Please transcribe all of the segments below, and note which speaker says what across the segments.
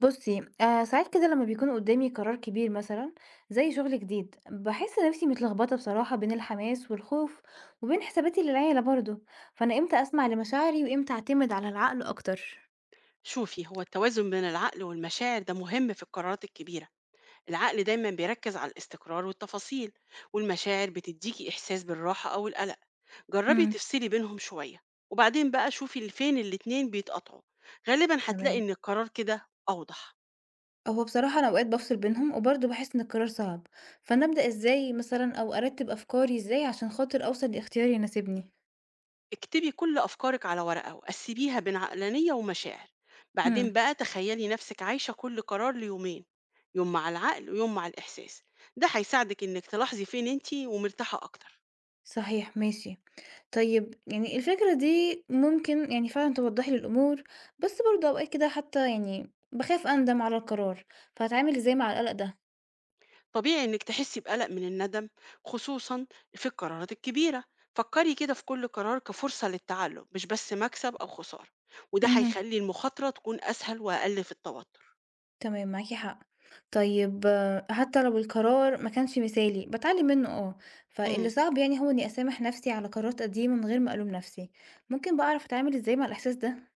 Speaker 1: بُصّي، ساعات كده لمّا بيكون قدّامي قرار كبير مثلًا، زي شغل جديد، باحس نفسي متلخبطة بصراحة بين الحماس والخوف، وبين حساباتي للعيلة برضه، فأنا إمتى أسمع لمشاعري وإمتى أعتمد على العقل أكتر؟
Speaker 2: شوفي، هو التوازن بين العقل والمشاعر ده مهم في القرارات الكبيرة. العقل دايما بيركز على الاستقرار والتفاصيل، والمشاعر بتديكي إحساس بالراحة أو القلق. جربي
Speaker 1: إمم.
Speaker 2: تفصلي بينهم شوية، وبعدين بقى شوفي فين الاتنين بيتقطعوا. غالبا هتلاقي
Speaker 1: تمام،
Speaker 2: إن القرار كده أوضح.
Speaker 1: هو بصراحة أنا أوقات بافصل بينهم، وبرضه باحس إن القرار صعب، فأنا أبدأ إزاي مثلًا أو أرتّب أفكاري إزاي عشان خاطر أوصل لاختيار يناسبني؟
Speaker 2: اكتبي كل أفكارك على ورقة وقسميها بين عقلانية ومشاعر، بعدين
Speaker 1: إمم.
Speaker 2: بقى تخيلي نفسك عايشة كل قرار ليومين، يوم مع العقل ويوم مع الإحساس. ده هيساعدك إنك تلاحظي فين انتي ومرتاحة أكتر.
Speaker 1: صحيح، ماشي. طيب، يعني الفكرة دي ممكن يعني فعلًا توضّح لي الأمور، بس برضه أوقات كده حتى يعني باخاف أندم على القرار، فهاتعامل إزاي مع القلق ده؟
Speaker 2: طبيعي إنك تحسي بقلق من الندم، خصوصا في القرارات الكبيرة. فكري كده في كل قرار كفرصة للتعلم، مش بس مكسب أو خسارة، وده
Speaker 1: اهم،
Speaker 2: هيخلي المخاطرة تكون أسهل وأقل في التوتر.
Speaker 1: تمام معاكِ حق. طيب آه، حتى لو القرار ما كانش مثالي، باتعلم منه آه، فاللي
Speaker 2: امم.
Speaker 1: صعب يعني هو إني أسامح نفسي على قرارات قديمة من غير ما ألوم نفسي. ممكن بقى أعرف أتعامل إزاي مع الإحساس ده؟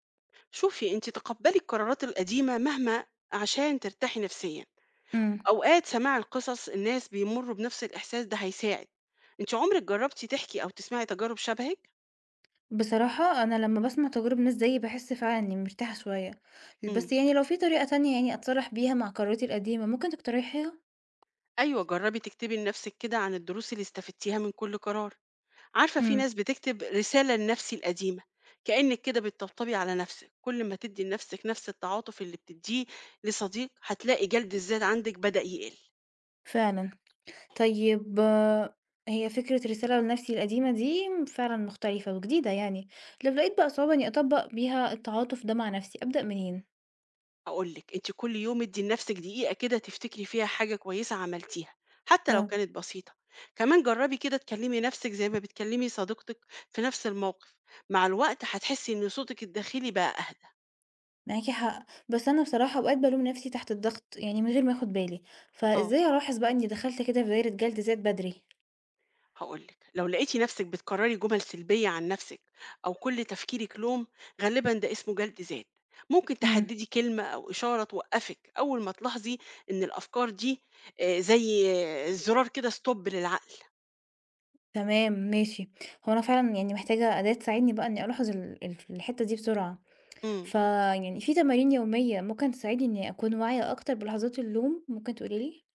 Speaker 2: شوفي، أنت تقبلي القرارات القديمة مهما، عشان ترتاحي نفسيا.
Speaker 1: إمم،
Speaker 2: أوقات سماع القصص الناس بيمروا بنفس الإحساس ده هيساعد. أنت عمرك جربتي تحكي أو تسمعي تجارب شبهك؟
Speaker 1: بصراحة أنا لمّا باسمع تجارب ناس زيي باحس فعلًا إني مرتاحة شوية،
Speaker 2: امم.
Speaker 1: بس يعني لو في طريقة تانية يعني أتصالح بيها مع قراراتي القديمة ممكن تقترحيها؟
Speaker 2: أيوة، جربي تكتبي لنفسك كده عن الدروس اللي استفدتيها من كل قرار. عارفة في
Speaker 1: إمم،
Speaker 2: ناس بتكتب رسالة لنفسي القديمة، كأنك كده بتطبطبي على نفسك. كل ما تدي لنفسك نفس التعاطف اللي بتديه لصديق هتلاقي جلد الذات عندك بدأ يقل.
Speaker 1: فعلًا. طيب آه، هي فكرة رسالة لنَفْسي القديمة دي فعلًا مختلفة وجديدة يعني، لو لقيت بقى صعوبة إنّي أطبّق بيها التعاطف ده مع نَفْسي، أبدأ منين؟
Speaker 2: أقولك انت كل يوم ادي لنفسك دقيقة كده تفتكري فيها حاجة كويسة عملتيها، حتى لو
Speaker 1: آه.
Speaker 2: كانت بسيطة. كمان جربي كده تكلمي نفسك زي ما بتكلمي صديقتك في نفس الموقف. مع الوقت هتحسي ان صوتك الداخلي بقى أهدى.
Speaker 1: معاكِ حق، بس أنا بصراحة أوقات بالوم نَفْسي تحت الضغط يعني من غير ما آخُد بالي،
Speaker 2: اه،
Speaker 1: فإزاي ألاحظ بقى إنّي دخلت كده في دايرة جلد ذات بدري؟
Speaker 2: هاقول لِك، لو لقيتِ نفسِك بتكرّري جمل سلبية عن نفسِك، أو كل تفكيرِك لوم، غالبًا ده اسمه جلد ذات. ممكن
Speaker 1: إمم.
Speaker 2: تحددي كلمة أو إشارة توقّفِك أول ما تلاحظي إن الأفكار دي زي زرار كده stop للعقل.
Speaker 1: تمام ماشي. هو أنا فعلًا يعني محتاجة أداة تساعدني بقى إنّي ألاحظ ال الف الحتّة دي بسرعة،
Speaker 2: إمم.
Speaker 1: فيعني في تمارين يومية ممكن تساعدني إنّي أكون واعية أكتر بلحظات اللوم، ممكن تقولي لي؟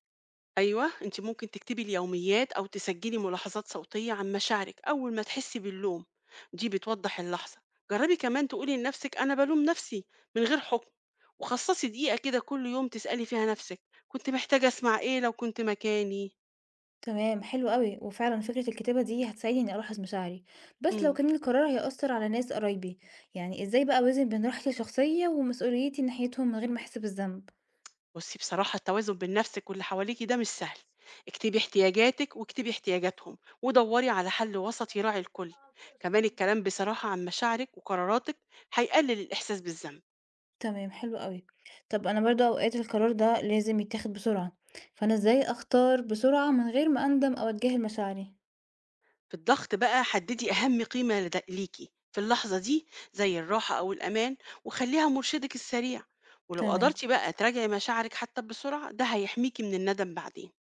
Speaker 2: أيوه، أنتِ ممكن تكتبي اليوميات أو تسجلي ملاحظات صوتية عن مشاعرك أول ما تحسي باللوم، دي بتوضح اللحظة. جربي كمان تقولي لنفسك أنا بالوم نفسي من غير حكم، وخصصي دقيقة كده كل يوم تسألي فيها نفسك: كنت محتاجة أسمع إيه لو كنت مكاني؟
Speaker 1: تمام حلو قوي وفعلا فكرة الكتابة دي هتساعدني اني الاحظ مشاعري، بس لو
Speaker 2: إمم.
Speaker 1: كان القرار هيأثر على ناس قرايبي، يعني ازاي بقى اوازن بين راحتي الشخصية ومسؤوليتي ناحيتهم من غير ما احس بالذنب؟
Speaker 2: بُصي، بصراحة التوازن بين نفسك واللي حواليكِ ده مش سهل. اكتبي احتياجاتك واكتبي احتياجاتهم، ودوري على حل وسط يراعي الكل. كمان الكلام بصراحة عن مشاعرك وقراراتك هيقلل الإحساس بالذنب.
Speaker 1: تمام حلو قوي. طب انا برضو اوقات القرار ده لازم يتاخد بسرعة، فانا ازاي اختار بسرعة من غير ما اندم او اتجاهل مشاعري؟
Speaker 2: في الضغط بقى حددي أهم قيمة ليكي في اللحظة دي، زي الراحة أو الأمان، وخليها مرشدك السريع. ولو
Speaker 1: تمام،
Speaker 2: قدرتي بقى تراجعي مشاعرك حتى بسرعة، ده هيحميكي من الندم بعدين.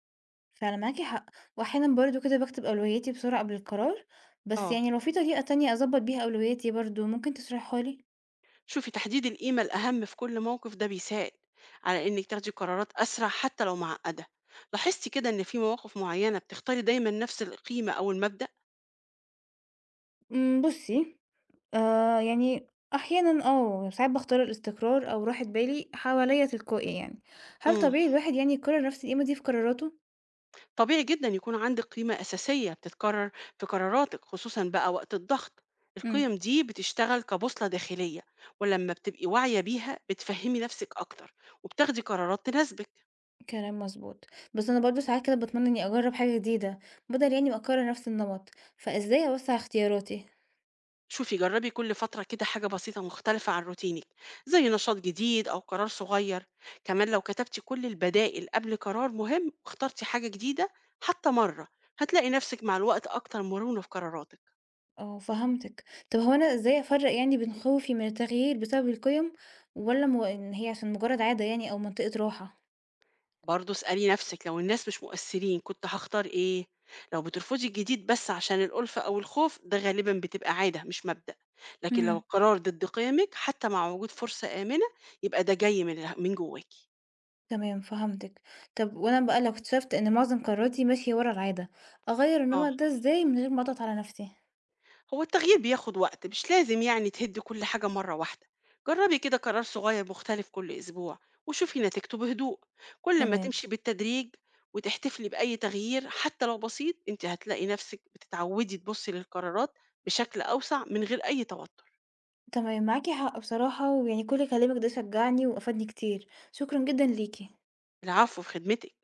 Speaker 1: فعلا معاكي حق. واحيانا برضو كده بكتب اولوياتي بسرعة قبل القرار، بس
Speaker 2: آه،
Speaker 1: يعني لو في طريقة تانية اظبط بيها اولوياتي برضو ممكن تشرحها لي؟
Speaker 2: شوفي، تحديد القيمة الأهم في كل موقف ده بيساعد على إنك تاخدي قرارات أسرع حتى لو معقدة. لاحظتي كده إن في مواقف معينة بتختاري دايما نفس القيمة أو المبدأ؟
Speaker 1: أمم، بصي، يعني أحيانًا، ساعات باختار الاستقرار أو راحة بالي حواليّا تلقائي يعني. هل
Speaker 2: مم.
Speaker 1: طبيعي الواحد يعني يكرر نفس القيمة دي في قراراته؟
Speaker 2: طبيعي جدا يكون عندك قيمة أساسية بتتكرر في قراراتك، خصوصا بقى وقت الضغط.
Speaker 1: إمم،
Speaker 2: القيم دي بتشتغل كبوصلة داخلية، ولما بتبقي واعية بيها بتفهمي نفسك أكتر، وبتاخدي قرارات تناسبك.
Speaker 1: كلام مضبوط. بس أنا برضه ساعات كده باتمنى إني أجرّب حاجة جديدة، بدل يعني ما أكرر نفس النمط، فإزاي أوسّع اختياراتي؟
Speaker 2: شوفي، جربي كل فترة كده حاجة بسيطة مختلفة عن روتينك، زي نشاط جديد أو قرار صغير. كمان لو كتبتي كل البدائل قبل قرار مهم واخترتي حاجة جديدة حتى مرة، هتلاقي نفسك مع الوقت أكتر مرونة في قراراتك.
Speaker 1: آه، فهمتِك. طب هو أنا إزاي أفرّق يعني بين خوفي من التغيير بسبب القيم، والّا مو إن هي عشان مجرد عادة يعني أو منطقة راحة؟
Speaker 2: برضه اسألي نفسِك: لو الناس مش مؤثرين كنت هاختار إيه؟ لو بترفضي الجديد بس عشان الألفة أو الخوف، ده غالبًا بتبقى عادة مش مبدأ، لكن لو
Speaker 1: إمم.
Speaker 2: القرار ضد قيمِك حتى مع وجود فرصة آمنة، يبقى ده جاي من من جواكِ.
Speaker 1: تمام فهمتِك. طب وأنا بقى لو اكتشفت إن معظم قراراتي ماشية ورا العادة، أغيّر
Speaker 2: آه.
Speaker 1: النمط ده إزاي من غير ما أضغط على نفسي؟
Speaker 2: هو التغيير بياخد وقت، مش لازم يعني تهدي كل حاجة مرة واحدة. جربي كده قرار صغير مختلف كل أسبوع، وشوفي نتيجته بهدوء. كل ما
Speaker 1: تمام،
Speaker 2: تمشي بالتدريج وتحتفلي بأي تغيير حتى لو بسيط، انت هتلاقي نفسك بتتعودي تبصي للقرارات بشكل أوسع من غير أي توتر.
Speaker 1: تمام معاكِ حق بصراحة، ويعني كل كلامِك ده شجعني وأفادني كتير، شكرًا جدًا ليكِ.
Speaker 2: العفو، في خدمتك.